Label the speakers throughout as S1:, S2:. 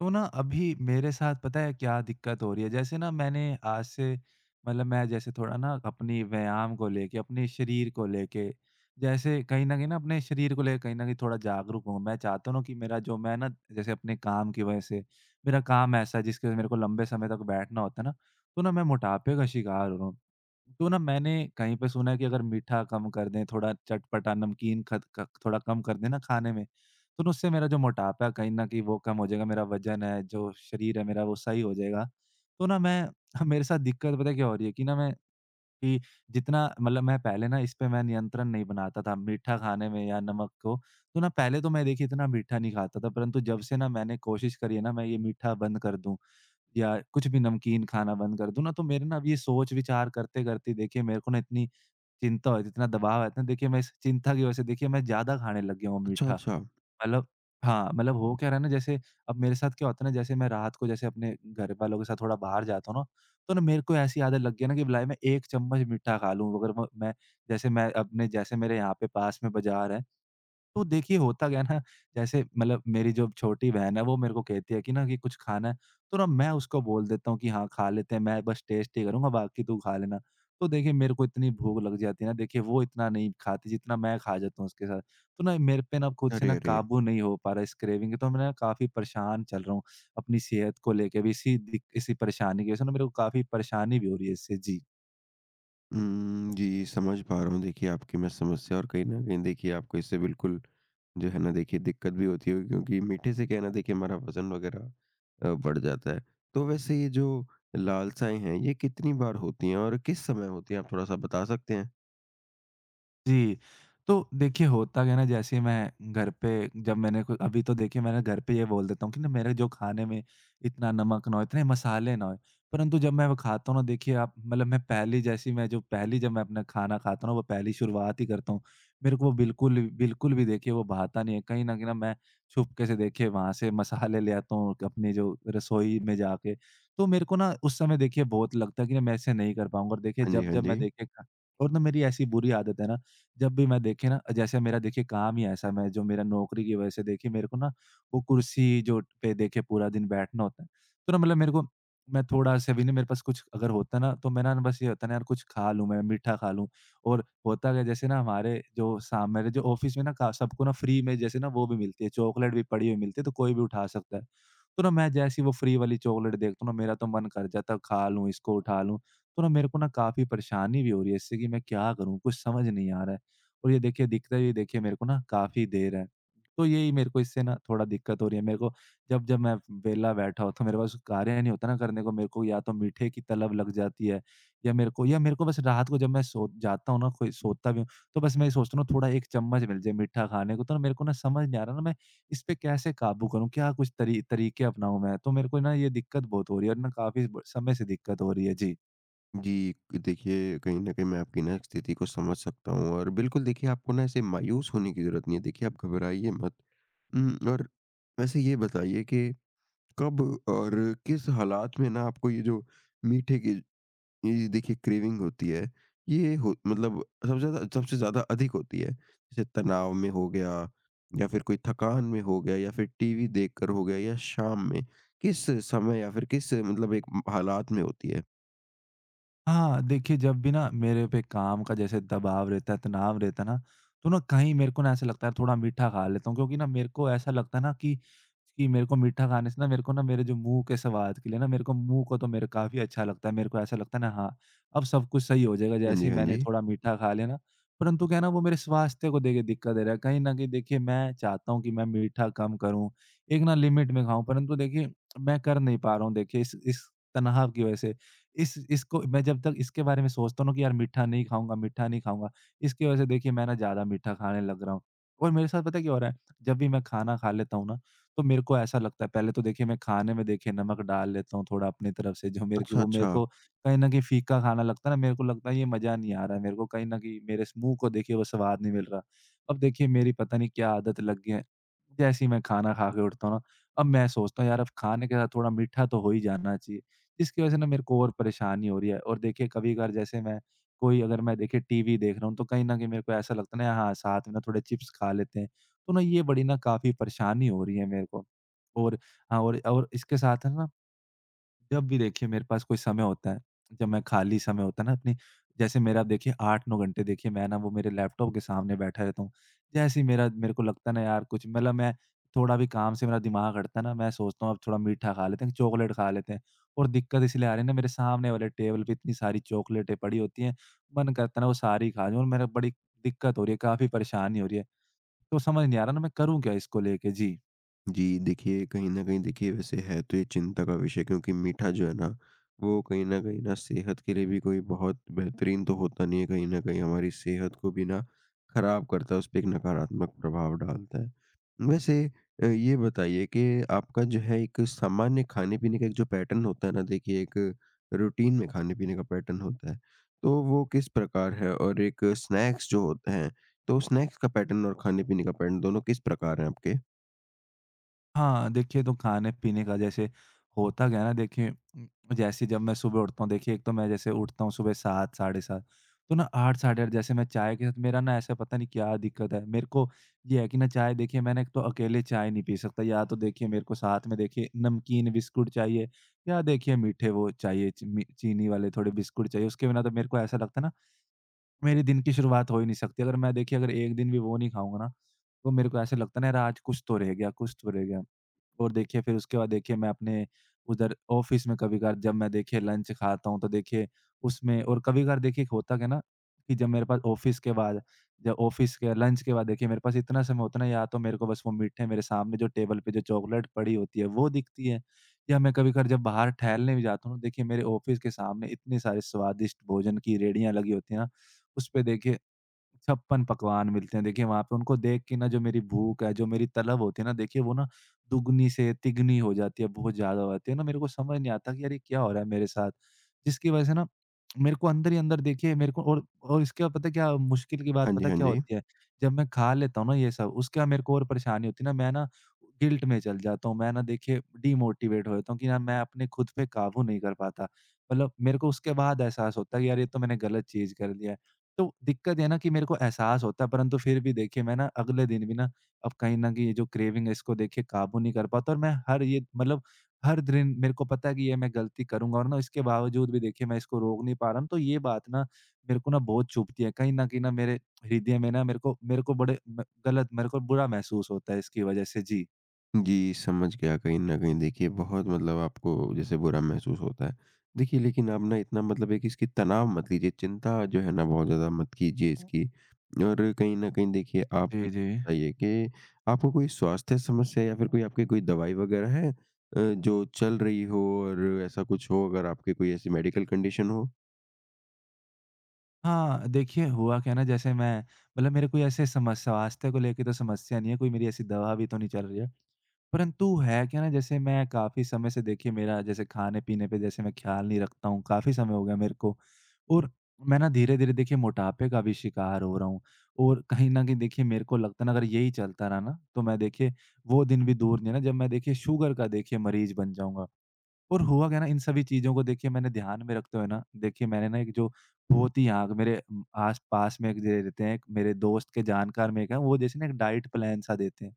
S1: तो ना अभी मेरे साथ पता है क्या दिक्कत हो रही है? जैसे ना मैंने आज से मतलब मैं जैसे थोड़ा ना अपनी व्यायाम को लेके, अपने शरीर को लेके जैसे कहीं न कहीं ना अपने शरीर को लेके कहीं न कहीं थोड़ा जागरूक हूँ। मैं चाहता हूँ ना कि मेरा जो मैं ना जैसे अपने काम की वज़ह से मेरा काम ऐसा है जिसकी वज़ह से मेरे को लंबे समय तक बैठना होता है ना, तो ना मैं मोटापे का शिकार हो रहा हूँ। तो ना मैंने कहीं पे सुना है कि अगर मीठा कम कर दें, थोड़ा चटपटा नमकीन खत क थोड़ा कम कर दें ना खाने में, तो उससे मेरा जो मोटापा है कहीं न कहीं वो कम हो जाएगा, मेरा वज़न है, जो शरीर है मेरा वो सही हो जाएगा। तो ना मैं मेरे साथ दिक्कत पता है क्या हो रही है कि ना मैं कि जितना मतलब मैं पहले ना इस पे मैं नियंत्रण नहीं बनाता था मीठा खाने में या नमक को। तो ना पहले तो मैं देखिए इतना मीठा नहीं खाता था, परंतु जब से ना मैंने कोशिश करी है ना मैं ये मीठा बंद कर दूँ या कुछ भी नमकीन खाना बंद कर दूँ ना, तो मेरे ना अब ये सोच-विचार करते-करते देखिए मेरे को ना इतनी चिंता हो रही थी, इतना दबाव है ना देखिए मैं इस चिंता की वज़ह से देखिए मैं ज़्यादा खाने लग गया हूँ
S2: अच्छा,
S1: मीठा।
S2: अच्छा।
S1: मतलब हाँ, मतलब हो क्या रहा है ना जैसे अब मेरे साथ क्या होता है ना जैसे मैं रात को जैसे अपने घरवालों के साथ थोड़ा बाहर जाता हूँ ना, तो ना मेरे को ऐसी आदत लग गई है ना कि भलाई मैं 1 चम्मच मीठा खा लूँ। अगर म मैं जैसे मैं अपने जैसे मेरे यहाँ पे पास में बाज़ार है, तो देखिए होता क्या है ना जैसे मतलब मेरी जो छोटी बहन है वो मेरे को कहती है कि ना कि कुछ खाना है, तो ना मैं उसको बोल देता हूँ कि हाँ खा लेते हैं, मैं बस टेस्ट ही करूंगा बाकी तू खा लेना। तो देखिए मेरे को इतनी भूख लग जाती है ना, देखिए वो इतना नहीं खाती जितना मैं खा जाता हूँ उसके साथ। तो ना मेरे पे ना खुद से
S2: अरे,
S1: ना
S2: अरे!
S1: काबू नहीं हो पा रहा इस क्रेविंग के, तो मैं ना काफी परेशान चल रहा हूँ अपनी सेहत को लेके भी। इसी इसी परेशानी की वजह से ना मेरे को काफी परेशानी भी हो रही है इससे जी।
S2: जी, समझ पा रहा हूँ। देखिए आपकी मैं समस्या, और कहीं न कहीं देखिए आपको इससे बिल्कुल जो है ना देखिए दिक्कत भी होती होगी, क्योंकि मीठे से क्या है ना, देखिए हमारा वज़न वग़ैरह बढ़ जाता है। तो वैसे ये जो लालसाएँ हैं, ये कितनी बार होती हैं और किस समय होती हैं, आप थोड़ा-सा बता सकते हैं?
S1: जी, तो देखिए होता क्या है ना जैसे मैं घर पे जब मैंने को अभी तो देखिए मैंने घर पे ये बोल देता हूँ कि ना मेरे जो खाने में इतना नमक ना हो, इतने मसाले ना हों। परंतु जब मैं वो खाता हूँ ना देखिए आप मतलब मैं पहली जैसी मैं जो पहली जब मैं अपना खाना खाता हूँ ना वो पहली शुरुआत ही करता हूँ। मेरे को वो बिल्कुल बिल्कुल भी देखिए वो भाता नहीं है। कहीं न कहीं ना मैं छुपके से देखिए वहाँ से मसाले ले आता हूँ अपनी जो रसोई में जाके। तो मेरे को ना उस समय देखिए बहुत लगता है कि ना मैं ऐसे नहीं कर पाऊँगा और देखिए
S2: हाँ जी, हाँ
S1: जब-जब
S2: जी।
S1: मैं देखिए खा। और ना मेरी ऐसी बुरी आदत है ना, जब भी मैं देखिए ना जैसे मेरा देखिए काम ही ऐसा मैं जो मेरा नौकरी की वजह से देखिए मेरे को ना वो कुर्सी जो पे देखिए पूरा दिन बैठना होता है। तो ना मतलब मेरे को मैं थोड़ा सा भी ना मेरे पास कुछ अगर होता ना तो मेरा ना बस ये होता ना यार कुछ खा लूँ मैं, मीठा खा लूँ। और होता क्या है जैसे ना हमारे जो सा मेरे जो ऑफ़िस में ना का सबको ना फ्री में जैसे ना वो भी मिलती है, चॉकलेट भी पड़ी हुई मिलती है तो कोई भी उठा सकता है। तो ना मैं जैसे ही वो फ्री वाली चॉकलेट देखता हूँ ना मेरा तो मन कर जाता है खा लूँ इसको, उठा लूँ। तो ना मेरे को ना काफ़ी परेशानी भी हो रही है इससे कि मैं क्या करूँ? कुछ समझ नहीं आ रहा है। और ये देखिए दिखता ही देखिए मेरे को ना काफ़ी देर है। तो यही मेरे को इससे ना थोड़ा दिक्कत हो रही है। मेरे को जब जब मैं वेला बैठा होता हूँ, मेरे पास कार्य नहीं होता ना करने को, मेरे को या तो मीठे की तलब लग जाती है या मेरे को बस रात को जब मैं सो जाता हूँ ना, कोई सोता भी हूँ, तो बस मैं ये सोचता हूँ थोड़ा 1 चम्मच मिल जाए मीठा खाने को, तो ना मेरे को ना समझ नहीं आ रहा ना मैं इस पे कैसे काबू करूँ? क्या कुछ तरीके अपनाऊँ मैं? तो मेरे को ना ये दिक्कत बहुत हो रही है और ना काफ़ी ब समय से दिक्कत हो रही है। जी।
S2: जी, देखिए कहीं न कहीं मैं आपकी ना स्थिति को समझ सकता हूँ और बिल्कुल देखिए आपको ना ऐसे मायूस होने की ज़रूरत नहीं है। देखिए आप घबराइए मत। और वैसे ये बताइए कि कब और किस हालात में ना आपको ये जो मीठे की ये देखिए क्रेविंग होती है, ये हो मतलब सबसे ज़्यादा अधिक होती है? जैसे तनाव में हो गया, या फिर कोई थकान में हो गया, या फिर टीवी देखकर हो गया, या शाम में? किस समय या फिर किस मतलब एक हालात में होती है?
S1: हाँ, देखिए जब भी ना मेरे पे काम का जैसे दबाव रहता है, तनाव रहता है ना, तो ना कहीं मेरे को ना ऐसा लगता है थोड़ा मीठा खा लेता हूँ क्योंकि ना मेरे को ऐसा लगता है ना कि मेरे को मीठा खाने से ना मेरे को ना मेरे जो मुँह के स्वाद के लिए ना मेरे को मुँह को तो मेरे काफ़ी अच्छा लगता है। मेरे को ऐसा लगता है ना हाँ, अब सब कुछ सही हो जाएगा
S2: हाँ
S1: जैसे
S2: जी,
S1: ही
S2: हाँ
S1: मैंने
S2: जी।
S1: थोड़ा मीठा खा लिया ना, परंतु क्या है ना वो मेरे स्वास्थ्य को देखिए दिक्कत दे रहा है। कहीं न कहीं देखिए मैं चाहता हूँ कि मैं मीठा कम करूँ, एक ना लिमिट में खाऊँ, परंतु देखिए मैं कर नहीं पा रहा हूँ देखिए इस तनाव की वज़ह से। इस इसको मैं जब तक इसके बारे में सोचता हूँ ना कि यार मीठा नहीं खाऊँगा, इसकी वज़ह से देखिए मैं ना ज़्यादा मीठा खाने लग रहा हूँ। और मेरे साथ पता है क्या हो रहा है? जब भी मैं खाना खा लेता हूँ ना, तो मेरे को ऐसा लगता है पहले तो देखिए मैं खाने में देखिए नमक डाल लेता हूँ थोड़ा अपनी तरफ से, जो मेरे को
S2: अच्छा,
S1: वो मेरे
S2: अच्छा।
S1: को कहीं न कहीं फीका खाना लगता है ना, मेरे को लगता है ये मज़ा नहीं आ रहा है, मेरे को कहीं न कहीं मेरे मुँह को देखिए वो स्वाद नहीं मिल रहा। अब देखिए मेरी पता नहीं क्या आदत लग गई है, जैसे ही मैं खाना खा के उठता हूँ ना, अब मैं सोचता हूँ यार अब खाने के साथ थोड़ा मीठा तो हो ही जाना चाहिए। जिसकी वजह से ना मेरे को और परेशानी हो रही है, और देखिए कभी-कभार जैसे मैं कोई अगर मैं देखिए टीवी देख रहा हूँ, तो कहीं न कहीं मेरे को ऐसा लगता है ना हाँ, साथ में ना थोड़े चिप्स खा लेते हैं, तो ना ये बड़ी ना काफ़ी परेशानी हो रही है मेरे को। और हाँ, और इसके साथ है ना जब भी देखिए मेरे पास कोई समय होता है, जब मैं खाली समय होता है ना अपनी जैसे मेरा आप देखिए 8-9 घंटे देखिए मैं ना वो मेरे लैपटॉप के सामने बैठा रहता हूँ। जैसे ही मेरा मेरे को लगता है ना यार कुछ मतलब मैं थोड़ा भी काम से मेरा दिमाग हटता है ना, मैं सोचता हूँ अब थोड़ा मीठा खा लेते हैं, चॉकलेट खा लेते हैं। और दिक्कत इसलिए आ रही है ना मेरे सामने वाले टेबल पे इतनी सारी चॉकलेटें पड़ी होती हैं, मन करता है ना वो सारी खा जाऊँ, और मेरा बड़ी दिक्कत हो रही है, काफ़ी परेशानी हो रही है। तो समझ नहीं आ रहा ना मैं करूँ क्या इसको लेके? जी।
S2: जी, देखिए कहीं न कहीं देखिए वैसे है तो ये चिंता का विषय, क्योंकि मीठा जो है ना, वो कहीं न कहीं ना सेहत के लिए भी कोई बहुत बेहतरीन तो होता नहीं है, कहीं न कहीं हमारी सेहत को भी ना खराब करता है, उसपे एक नकारात्मक प्रभाव डालता है। वैसे ये बताइए कि आपका जो है एक सामान्य खाने-पीने का एक जो पैटर्न होता है ना, देखिए एक रूटीन में खाने-पीने का पैटर्न होता है, तो वो किस प्रकार है? और एक स्नैक्स जो होते हैं, तो स्नैक्स का पैटर्न और खाने-पीने का पैटर्न दोनों किस प्रकार हैं आपके?
S1: हाँ, देखिए तो खाने-पीने का जैसे होता क्या है ना देखिए जैसे जब मैं सुबह उठता हूँ देखिए एक तो मैं जैसे उठता हूँ सुबह 7 साढ़े 7 तो ना 8 साढ़े 8 जैसे मैं चाय के साथ मेरा ना ऐसा पता नहीं क्या दिक्कत है। मेरे को ये है कि ना चाय देखिए मैंने एक तो अकेले चाय नहीं पी सकता, या तो देखिए मेरे को साथ में देखिए नमकीन बिस्कुट चाहिए या देखिए मीठे वो चाहिए ची मी चीनी वाले थोड़े बिस्कुट चाहिए। उसके बिना तो मेरे को ऐसा लगता है ना मेरे दिन की शुरुआत हो ही नहीं सकती। अगर मैं देखिए अगर एक दिन भी वो नहीं खाऊँगा ना तो मेरे को ऐसा लगता है ना यार आज कुछ तो रह गया, कुछ तो रह गया। और देखिए फिर उसके बाद देखिए मैं अपने उधर ऑफ़िस में कभी-कभार जब मैं देखिए लंच खाता हूँ तो देखिए उसमें, और कभी-कभार देखिए होता क्या है ना कि जब मेरे पास ऑफ़िस के बाद, जब ऑफ़िस के लंच के बाद देखिए मेरे पास इतना समय होता है ना, या तो मेरे को बस वो मीठे, मेरे सामने जो टेबल पे जो चॉकलेट पड़ी होती है वो दिखती है, या मैं कभी-कभार जब बाहर टहलने भी जाता हूँ ना, देखिए मेरे ऑफ़िस के सामने इतने सारे स्वादिष्ट भोजन की रेहड़ियाँ लगी होती हैं ना, उसपे देखिए छप्पन पकवान मिलते हैं। देखिए, वहाँ पे उनको देख के ना जो मेरी भूख है, जो मेरी तलब होती है ना, देखिए वो ना दुगनी से तिगनी हो जाती है, बहुत ज़्यादा हो जाती है ना। मेरे को समझ नहीं आता कि यार ये क्या हो रहा है मेरे साथ? जिसकी वजह से ना मेरे को अंदर ही अंदर देखिए मेरे को, और इसके बाद पता है क्या मुश्किल की बात
S2: हाँ जी,
S1: पता है
S2: हाँ
S1: क्या
S2: जी।
S1: होती है? जब मैं खा लेता हूँ ना ये सब, उसके बाद मेरे को और परेशानी होती है ना, मैं ना गिल्ट में चल जाता हूँ। मैं ना देखिए डिमोटिवेट हो जाता हूँ कि यार मैं अपने खुद पे काबू नहीं कर पाता। मतलब मेरे को उसके बाद एहसास होता है कि यार ये तो मैंने गलत चीज़ कर लिया है। तो दिक्कत ये है ना कि मेरे को एहसास होता है, परंतु फिर भी देखिए मैं ना अगले दिन भी ना, अब कहीं न कहीं ये जो क्रेविंग है इसको देखिए काबू नहीं कर पाता, और मैं हर ये मतलब हर दिन मेरे को पता है कि ये मैं गलती करूँगा और ना इसके बावजूद भी देखिए मैं इसको रोक नहीं पा रहा हूँ। तो ये बात ना मेरे को ना बहुत चुभती है। कहीं न कहीं ना मेरे हृदय में ना मेरे को बड़े म गलत मेरे को बुरा महसूस होता है इसकी वज़ह से। जी।
S2: जी, समझ गया, कहीं न कहीं देखिए बहुत मतलब आपको जैसे बुरा महसूस होता है। देखिए लेकिन आप ना इतना मतलब एक इसकी तनाव मत लीजिए, चिंता जो है ना बहुत ज़्यादा मत कीजिए इसकी। और कहीं न कहीं देखिए आप ये
S1: जी, जी।
S2: बताइए कि आपको कोई स्वास्थ्य समस्या या फिर कोई आपकी कोई दवाई वगैरह है जो चल रही हो, और ऐसा कुछ हो अगर आपकी कोई ऐसी मेडिकल कंडीशन हो?
S1: हाँ, देखिए हुआ क्या है ना जैसे मैं, मतलब मेरे कोई ऐसे समस स्वास्थ्य को लेके तो समस्या नहीं है, कोई मेरी ऐसी दवा भी तो नहीं चल रही है। परंतु है क्या ना जैसे मैं काफ़ी समय से देखिए मेरा जैसे खाने-पीने पे जैसे मैं ख़्याल नहीं रखता हूँ, काफ़ी समय हो गया मेरे को, और मैं ना धीरे-धीरे देखिए मोटापे का भी शिकार हो रहा हूँ, और कहीं न कहीं देखिए मेरे को लगता है ना अगर यही चलता रहा ना तो मैं देखिए वो दिन भी दूर नहीं है ना जब मैं देखिए शुगर का देखिए मरीज़ बन जाऊँगा। और हुआ क्या ना, इन सभी चीज़ों को देखिए मैंने ध्यान में रखते हुए ना, देखिए मैंने ना एक जो बहुत ही यहाँ मेरे आस-पास में एक दे देते हैं, एक मेरे दोस्त के जानकार में एक है वो जैसे ना एक डाइट प्लान सा देते हैं।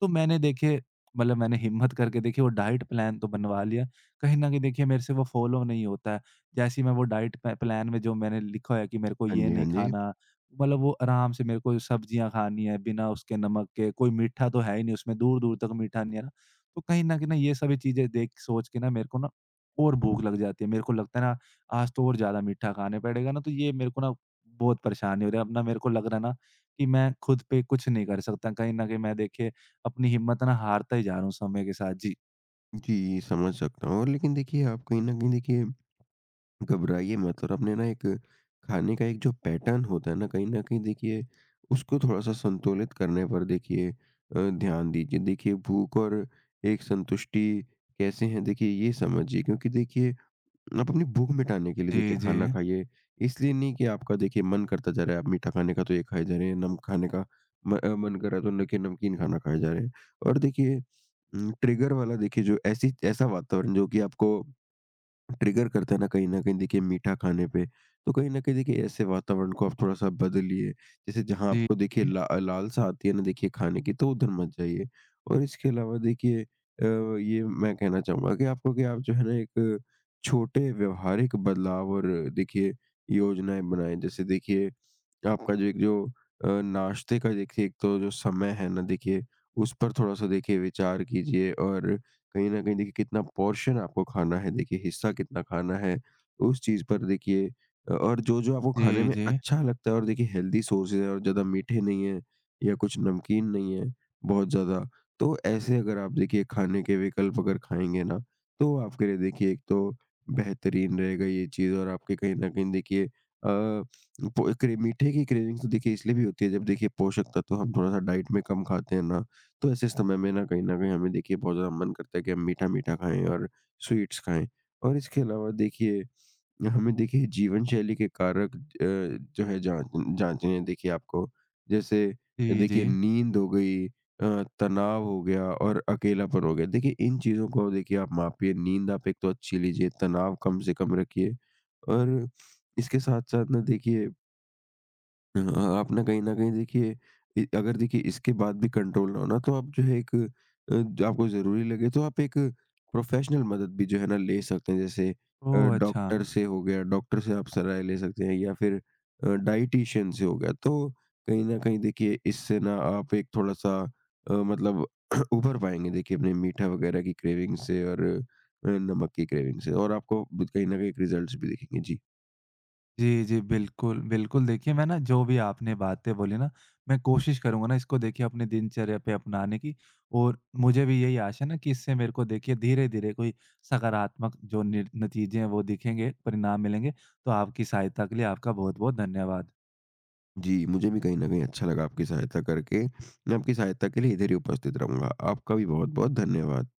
S1: तो मैंने देखिए, मतलब मैंने हिम्मत करके देखिए वो डाइट प्लान तो बनवा लिया। कहीं न कहीं देखिए मेरे से वो फ़ॉलो नहीं होता है। जैसे ही मैं वो डाइट प प्लान में जो मैंने लिखा है कि मेरे को
S2: हाँ
S1: ये
S2: जी, हाँ
S1: नहीं
S2: जी।
S1: खाना, मतलब वो आराम से मेरे को सब्जियाँ खानी है बिना उसके नमक के, कोई मीठा तो है ही नहीं उसमें, दूर-दूर तक मीठा नहीं है ना। तो कहीं न कहीं ना ये सभी चीज़ें देख सोच के ना मेरे को ना और भूख लग जाती है। मेरे को लगता है ना आज तो और ज़्यादा मीठा खाने पड़ेगा ना, तो ये मेरे को ना बहुत परेशानी हो रही है। अब ना मेरे को लग रहा है ना कि मैं खुद पे कुछ नहीं कर सकता। कहीं न कहीं मैं देखिए अपनी हिम्मत ना हारता ही जा रहा हूँ समय के साथ। जी।
S2: जी, समझ सकता हूँ, और लेकिन देखिए आप कहीं न कहीं देखिए घबराइए मत, और अपने ना एक खाने का एक जो पैटर्न होता है ना, कहीं न कहीं देखिए उसको थोड़ा-सा संतुलित करने पर देखिए ध्यान दीजिए। देखिए भूख और एक संतुष्टि कैसे हैं, देखिए ये समझिए, क्योंकि देखिए आप अपनी भूख मिटाने के लिए
S1: जी,
S2: देखिए
S1: जी।
S2: खाना खाइए। इसलिए नहीं कि आपका देखिए मन करता जा रहा है आप मीठा खाने का तो ये खाए जा रहे हैं, नम खाने का म अ, मन कर रहा है तो देखिए नमकीन खाना खाए जा रहे हैं। और देखिए ट्रिगर वाला देखिए जो ऐसी ऐसा वातावरण जो कि आपको ट्रिगर करता है ना, कहीं न कहीं देखिए मीठा खाने पे, तो कहीं न कहीं देखिए ऐसे वातावरण को आप थोड़ा-सा बदलिए। जैसे जहाँ
S1: जी,
S2: आपको देखिए
S1: जी।
S2: ला लालसा आती है ना देखिए खाने की, तो उधर मत जाइए। और इसके अलावा देखिए ये मैं कहना चाहूँगा कि आपको, कि आप जो है ना एक छोटे व्यवहारिक बदलाव और देखिए योजनाएँ बनाएँ। जैसे देखिए आपका जो एक जो नाश्ते का देखिए एक तो जो समय है ना देखिए, उस पर थोड़ा-सा देखिए विचार कीजिए, और कहीं न कहीं देखिए कितना पोर्शन आपको खाना है, देखिए हिस्सा कितना खाना है, उस चीज़ पर देखिए और जो-जो आपको खाने
S1: जी,
S2: में
S1: जी।
S2: अच्छा लगता है, और देखिए हेल्दी सोर्सेज़ है, और ज़्यादा मीठे नहीं है या कुछ नमकीन नहीं है बहुत ज़्यादा, तो ऐसे अगर आप देखिए खाने के विकल्प अगर खाएँगे ना, तो आपके लिए देखिए एक तो बेहतरीन रहेगा ये चीज़, और आपके कहीं न कहीं देखिए अ, पो क्रे मीठे की क्रेविंग तो देखिए इसलिए भी होती है, जब देखिए पोषक तत्व हम थोड़ा-सा डाइट में कम खाते हैं ना। तो ऐसे समय में ना कहीं न कहीं हमें देखिए बहुत ज़्यादा मन करता है कि हम मीठा-मीठा खाएँ और स्वीट्स खाएँ। और इसके अलावा देखिए हमें देखिए जीवन शैली के कारक जो है जाँचने हैं देखिए आपको। जैसे
S1: जी, जी।
S2: देखिए नींद हो गई, तनाव हो गया, और अकेलापन हो गया। देखिए इन चीज़ों को देखिए आप मापिए, नींद आप एक तो अच्छी लीजिए, तनाव कम से कम रखिए, और इसके साथ-साथ ना देखिए हाँ, आप ना कहीं न कहीं देखिए इ अगर देखिए इसके बाद भी कंट्रोल ना हो ना, तो आप जो है एक जो आपको ज़रूरी लगे तो आप एक प्रोफ़ेशनल मदद भी जो है ना ले सकते हैं। जैसे
S1: ओह! अच्छा।
S2: डॉक्टर से हो गया, डॉक्टर से आप सलाह ले सकते हैं, या फिर डायटीशियन से हो गया। तो कहीं न कहीं देखिए इससे ना आप एक थोड़ा-सा मतलब उभर पाएँगे देखिए अपने मीठा वग़ैरह की क्रेविंग से, और नमक की क्रेविंग से, और आपको ब कहीं न कहीं रिज़ल्ट्स भी दिखेंगे। जी।
S1: जी, जी, बिल्कुल, बिल्कुल। देखिए, मैं ना जो भी आपने बातें बोली ना, मैं कोशिश करूँगा ना इसको देखिए अपनी दिनचर्या पे अपनाने की, और मुझे भी यही आशा है ना कि इससे मेरे को देखिए धीरे-धीरे कोई सकारात्मक जो निर नतीजे हैं वो दिखेंगे, परिणाम मिलेंगे। तो आपकी सहायता के लिए आपका बहुत-बहुत धन्यवाद।
S2: जी, मुझे भी कहीं न कहीं अच्छा लगा आपकी सहायता करके। मैं आपकी सहायता के लिए इधर ही उपस्थित रहूँगा। आपका भी बहुत-बहुत धन्यवाद।